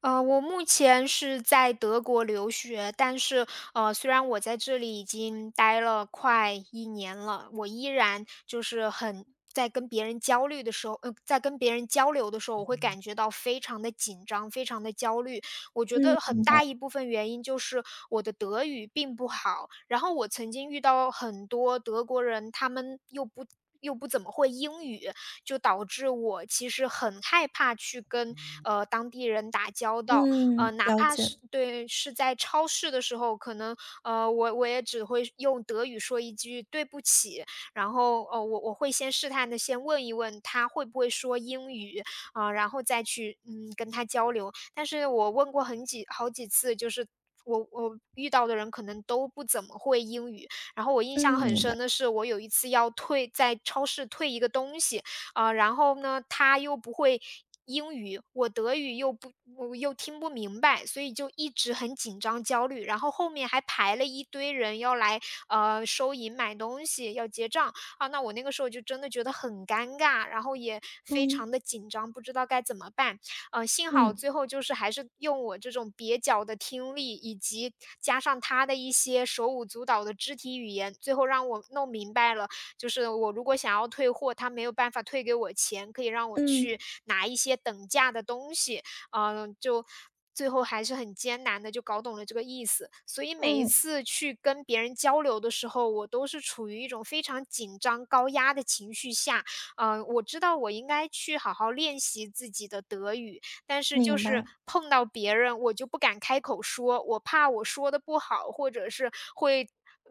我目前是在德国留学，但是，虽然我在这里已经待了快一年了，我依然就是很在跟别人焦虑的时候在跟别人交流的时候，我会感觉到非常的紧张，非常的焦虑。我觉嗯，得很明白。大一部分原因就是我的德语并不好，然后我曾经遇到很多德国人，他们又不怎么会英语，就导致我其实很害怕去跟当地人打交道，嗯，哪了怕解。是对是在超市的时候，可能呃我我也只会用德语说一句对不起，然后呃我我会先试探的先问一问他会不会说英语啊、然后再去嗯跟他交流。但是我问过好几次，就是我遇到的人可能都不怎么会英语。然后我印象嗯，很明白。深的是，我有一次要退在超市退一个东西，啊，然后呢，他又不会英语，我又听不明白，所以就一直很紧张焦虑。然后后面还排了一堆人要来，收银买东西，要结账啊。那我那个时候就真的觉得很尴尬，然后也非嗯常的紧张，不知道该怎么办。幸好嗯最后就是还是用我这种蹩脚的听力，以及加上他的一些手舞足蹈的肢体语言，最后让我弄明白了。就是我如果想要退货，他没有办法退给我钱，可以让我嗯去拿一些等价的东西，嗯，就最后还是很艰难的就搞懂了这个意思。所以每一嗯，次去跟别人交流的时候，我都是处于一种非常紧张、高压的情绪下，嗯，我知道我应该去好好练习自己的德语，但是就明是白。碰到别人，我就不敢开口说，我怕我说的不好，或者是会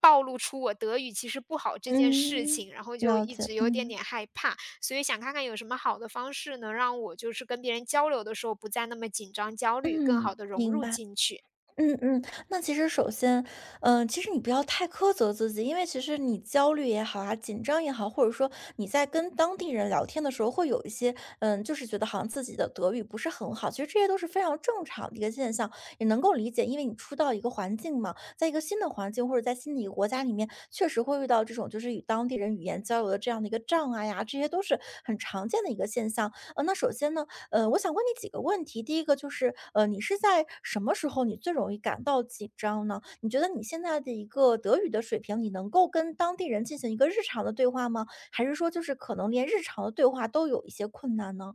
暴露出我德语其实不好这件事嗯，情，然后就了一解。直有点嗯点害怕。所以想看看有什么好的方式能让我就是跟别人交流的时候不再那么紧张焦虑，更嗯，好的融明入白。进去。嗯嗯，那其实首先，其实你不要太苛责自己，因为其实你焦虑也好啊，紧张也好，或者说你在跟当地人聊天的时候，会有一些，就是觉得好像自己的德语不是很好，其实这些都是非常正常的一个现象，也能够理解，因为你初到一个环境嘛，在一个新的环境或者在新的一个国家里面，确实会遇到这种就是与当地人语言交流的这样的一个障碍呀，这些都是很常见的一个现象。那首先呢，我想问你几个问题。第一个就是，你是在什么时候你最容易感到紧张呢？你觉得你现在的一个德语的水平，你能够跟当地人进行一个日常的对话吗？还是说就是可能连日常的对话都有一些困难呢？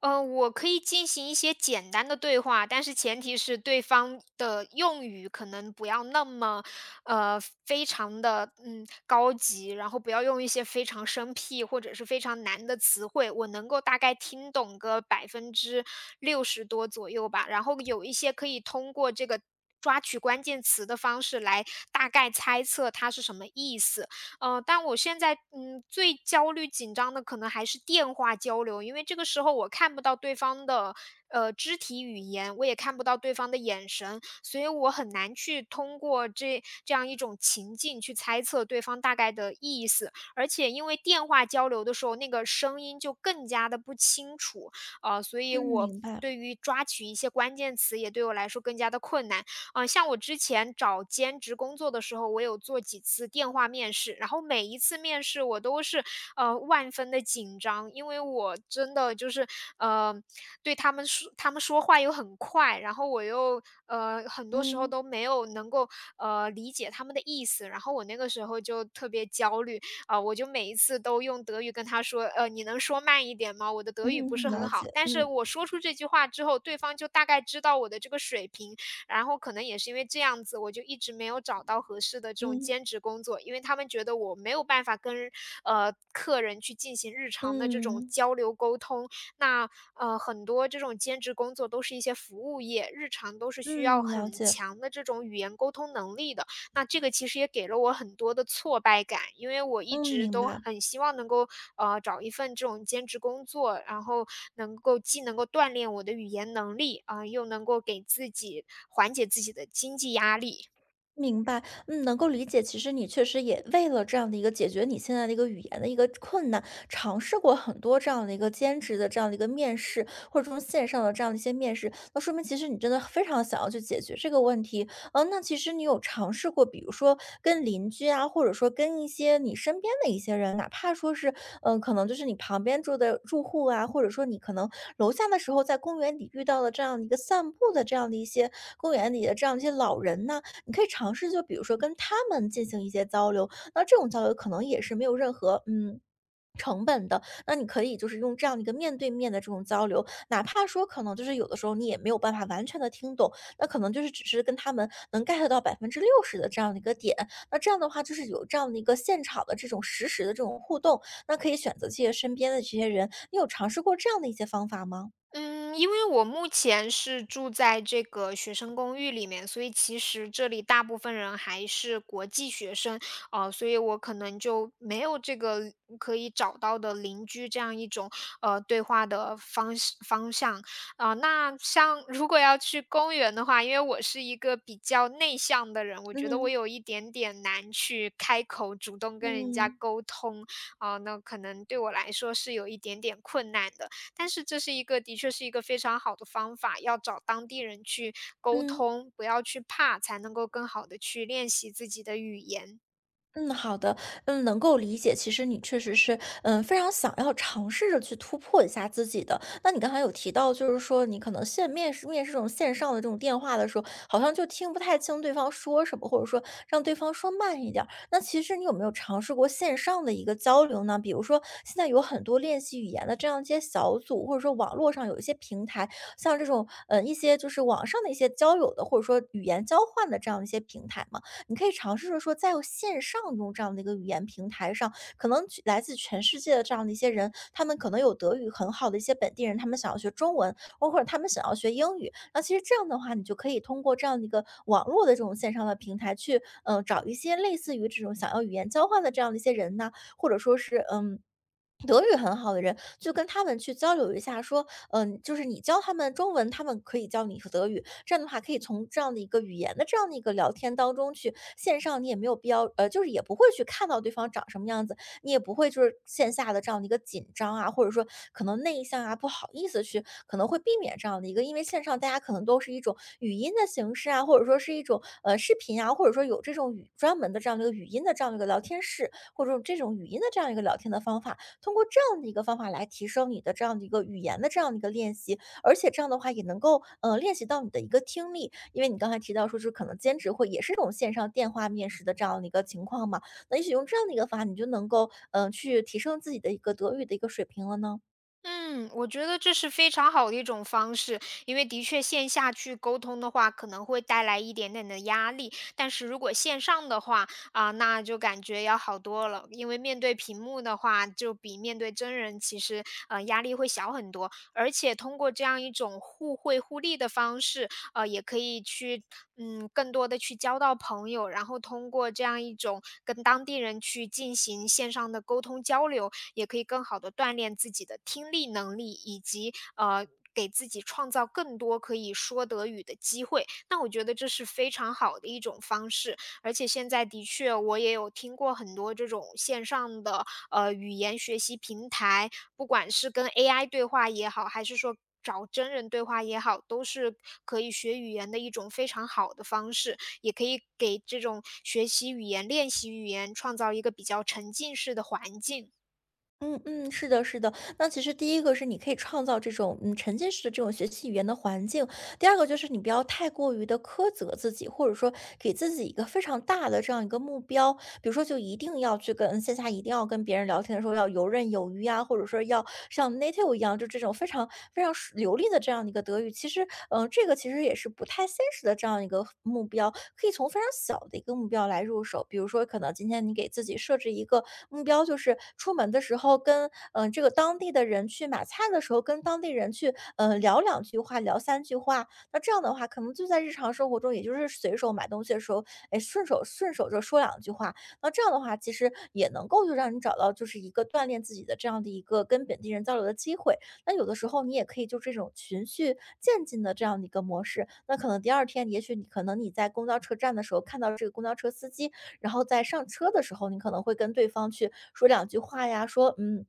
我可以进行一些简单的对话，但是前提是对方的用语可能不要那么，呃，非常的嗯高级，然后不要用一些非常生僻或者是非常难的词汇，我能够大概听懂个60%多左右吧。然后有一些可以通过这个抓取关键词的方式来大概猜测它是什么意思。但我现在，嗯，最焦虑紧张的可能还是电话交流，因为这个时候我看不到对方的，肢体语言，我也看不到对方的眼神，所以我很难去通过这样一种情境去猜测对方大概的意思。而且因为电话交流的时候，那个声音就更加的不清楚，所以嗯，我明白。对于抓取一些关键词也对我来说更加的困难。像我之前找兼职工作的时候，我有做几次电话面试，然后每一次面试我都是，万分的紧张，因为我真的就是，呃，对他们说他们说话又很快，然后我又，很多时候嗯都没有能够，理解他们的意思，然后我那个时候就特别焦虑，啊、我就每一次都用德语跟他说，你能说慢一点吗？我的德语不嗯，是很了好，解。但是嗯我说出这句话之后，对方就大概知道我的这个水平，然后可能也是因为这样子，我就一直没有找到合适的这种嗯兼职工作，因为他们觉得我没有办法跟客人去进行日常的这种嗯交流沟通。那很多这种兼职工作都是一些服务业，日常都是需要嗯，了很解。强的这种语言沟通能力的。那这个其实也给了我很多的挫败感，因为我一嗯，直明都白。很希望能够，找一份这种兼职工作，然后能够既能够锻炼我的语言能力，啊、又能够给自己缓解自己的经济压力。明白，能够理解。其实你确实也为了这样的一个解决你现在的一个语言的一个困难，尝试过很多这样的一个兼职的这样的一个面试，或者这种线上的这样的一些面试，那说明其实你真的非常想要去解决这个问题。嗯，那其实你有尝试过，比如说跟邻居啊，或者说跟一些你身边的一些人，哪怕说是，可能就是你旁边住的住户啊，或者说你可能楼下的时候在公园里遇到的这样的一个散步的这样的一些公园里的这样一些老人呐、你可以尝试，就比如说跟他们进行一些交流，那这种交流可能也是没有任何成本的，那你可以就是用这样的一个面对面的这种交流，哪怕说可能就是有的时候你也没有办法完全的听懂，那可能就是只是跟他们能 get 到60%的这样的一个点，那这样的话就是有这样的一个现场的这种实时的这种互动，那可以选择这些身边的这些人，你有尝试过这样的一些方法吗？嗯，因为我目前是住在这个学生公寓里面，所以其实这里大部分人还是国际学生，啊，所以我可能就没有这个可以找到的邻居这样一种对话的方式方向啊、那像如果要去公园的话，因为我是一个比较内向的人，我觉得我嗯有一点点难去开口主动跟人家嗯沟通啊、那可能对我来说是有一点点困难的。但是这是一个的确是一个非常好的方法，要找当地人去沟嗯。通，不要去怕，才能够更好的去练习自己的语言。嗯，好的，能够理解。其实你确实是，非常想要尝试着去突破一下自己的。那你刚才有提到，就是说你可能线面试面试这种线上的这种电话的时候，好像就听不太清对方说什么，或者说让对方说慢一点儿。那其实你有没有尝试过线上的一个交流呢？比如说现在有很多练习语言的这样一些小组，或者说网络上有一些平台，像这种，一些就是网上的一些交友的，或者说语言交换的这样一些平台嘛。你可以尝试着说，在线上用这样的一个语言平台上，可能去来自全世界的这样的一些人，他们可能有德语很好的一些本地人，他们想要学中文，或者他们想要学英语。那其实这样的话，你就可以通过这样的一个网络的这种线上的平台去，找一些类似于这种想要语言交换的这样的一些人呐，或者说是德语很好的人，就跟他们去交流一下，说，就是你教他们中文，他们可以教你德语，这样的话可以从这样的一个语言的这样的一个聊天当中去，线上你也没有必要，就是也不会去看到对方长什么样子，你也不会就是线下的这样的一个紧张啊，或者说可能内向啊，不好意思去，可能会避免这样的一个，因为线上大家可能都是一种语音的形式啊，或者说是一种视频啊，或者说有这种语专门的这样的一个语音的这样的一个聊天室，或者这种语音的这样一个聊天的方法，通过这样的一个方法来提升你的这样的一个语言的这样的一个练习，而且这样的话也能够，练习到你的一个听力。因为你刚才提到说是可能兼职会也是这种线上电话面试的这样的一个情况嘛，那也许用这样的一个方法，你就能够，去提升自己的一个德语的一个水平了呢？嗯，我觉得这是非常好的一种方式，因为的确线下去沟通的话，可能会带来一点点的压力，但是如果线上的话，啊，那就感觉要好多了，因为面对屏幕的话，就比面对真人其实，压力会小很多，而且通过这样一种互惠互利的方式，也可以去，嗯，更多的去交到朋友，然后通过这样一种跟当地人去进行线上的沟通交流，也可以更好的锻炼自己的听力能力，以及，给自己创造更多可以说德语的机会。那我觉得这是非常好的一种方式，而且现在的确我也有听过很多这种线上的语言学习平台，不管是跟 AI 对话也好，还是说找真人对话也好，都是可以学语言的一种非常好的方式，也可以给这种学习语言、练习语言创造一个比较沉浸式的环境。嗯嗯，是的是的。那其实第一个是你可以创造这种，沉浸式的这种学习语言的环境，第二个就是你不要太过于的苛责自己，或者说给自己一个非常大的这样一个目标，比如说就一定要去跟线下一定要跟别人聊天的时候要游刃有余啊，或者说要像 native 一样，就这种非常非常熟流利的这样的一个德语。其实，这个其实也是不太现实的这样一个目标，可以从非常小的一个目标来入手，比如说可能今天你给自己设置一个目标，就是出门的时候跟这个当地的人去买菜的时候跟当地人去聊两句话，聊三句话，那这样的话，可能就在日常生活中，也就是随手买东西的时候，哎，顺手顺手就说两句话，那这样的话，其实也能够就让你找到就是一个锻炼自己的这样的一个跟本地人交流的机会。那有的时候你也可以就这种循序渐进的这样的一个模式，那可能第二天，也许你可能你在公交车站的时候看到这个公交车司机，然后在上车的时候，你可能会跟对方去说两句话呀，说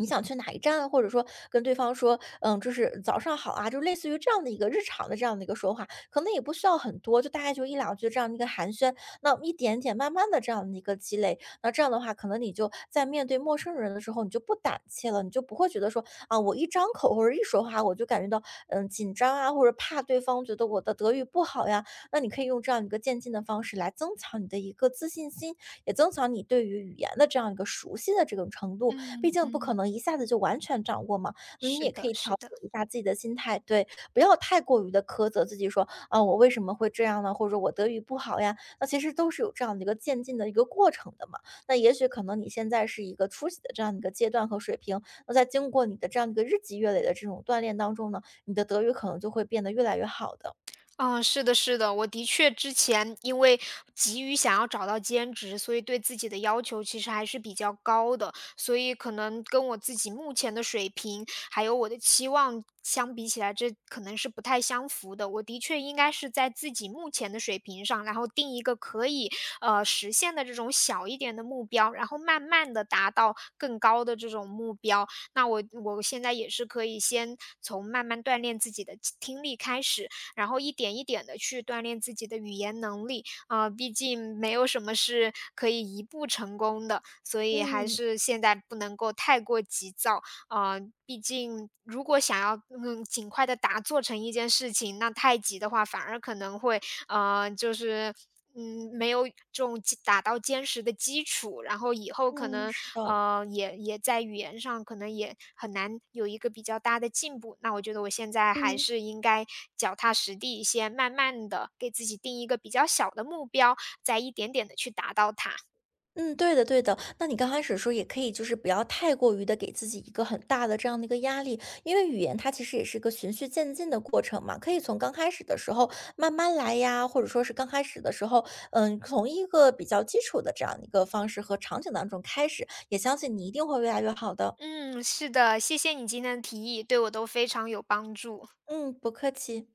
你想去哪一站啊，或者说跟对方说，就是早上好啊，就类似于这样的一个日常的这样的一个说话，可能也不需要很多，就大概就一两句这样的一个寒暄，那一点点慢慢的这样的一个积累，那这样的话，可能你就在面对陌生人的时候，你就不胆怯了，你就不会觉得说啊，我一张口或者一说话，我就感觉到紧张啊，或者怕对方觉得我的德语不好呀，那你可以用这样一个渐进的方式来增强你的一个自信心，也增强你对于语言的这样一个熟悉的这种程度，毕嗯竟不可嗯。能一下子就完全掌握嘛，那你是也的，可以是调的。整一下自己的心态，对，不要太过于的苛责自己说，啊，我为什么会这样呢？或者我德语不好呀，那其实都是有这样的一个渐进的一个过程的嘛。那也许可能你现在是一个初级的这样的一个阶段和水平，那在经过你的这样一个日积月累的这种锻炼当中呢，你的德语可能就会变得越来越好的。嗯，是的，是的，我的确之前因为急于想要找到兼职，所以对自己的要求其实还是比较高的，所以可能跟我自己目前的水平还有我的期望相比起来，这可能是不太相符的。我的确应该是在自己目前的水平上，然后定一个可以实现的这种小一点的目标，然后慢慢的达到更高的这种目标。那我现在也是可以先从慢慢锻炼自己的听力开始，然后一点一点的去锻炼自己的语言能力。啊，毕竟没有什么是可以一步成功的，所以还嗯，是现在不能够太过急躁。啊，毕竟如果想要，嗯，尽快的做成一件事情，那太急的话，反而可能会嗯，就是，嗯，没有这种打到坚实的基础，然后以后可嗯，能，是的，也在语言上可能也很难有一个比较大的进步。那我觉得我现在还嗯。是应该脚踏实地先慢慢的给自己定一个比较小的目标，再一点点的去达到它。嗯，对的对的。那你刚开始说也可以，就是不要太过于的给自己一个很大的这样的一个压力，因为语言它其实也是一个循序渐进的过程嘛，可以从刚开始的时候慢慢来呀，或者说是刚开始的时候，从一个比较基础的这样一个方式和场景当中开始，也相信你一定会越来越好的。嗯，是的，谢谢你今天的提议，对我都非常有帮助。嗯，不客气。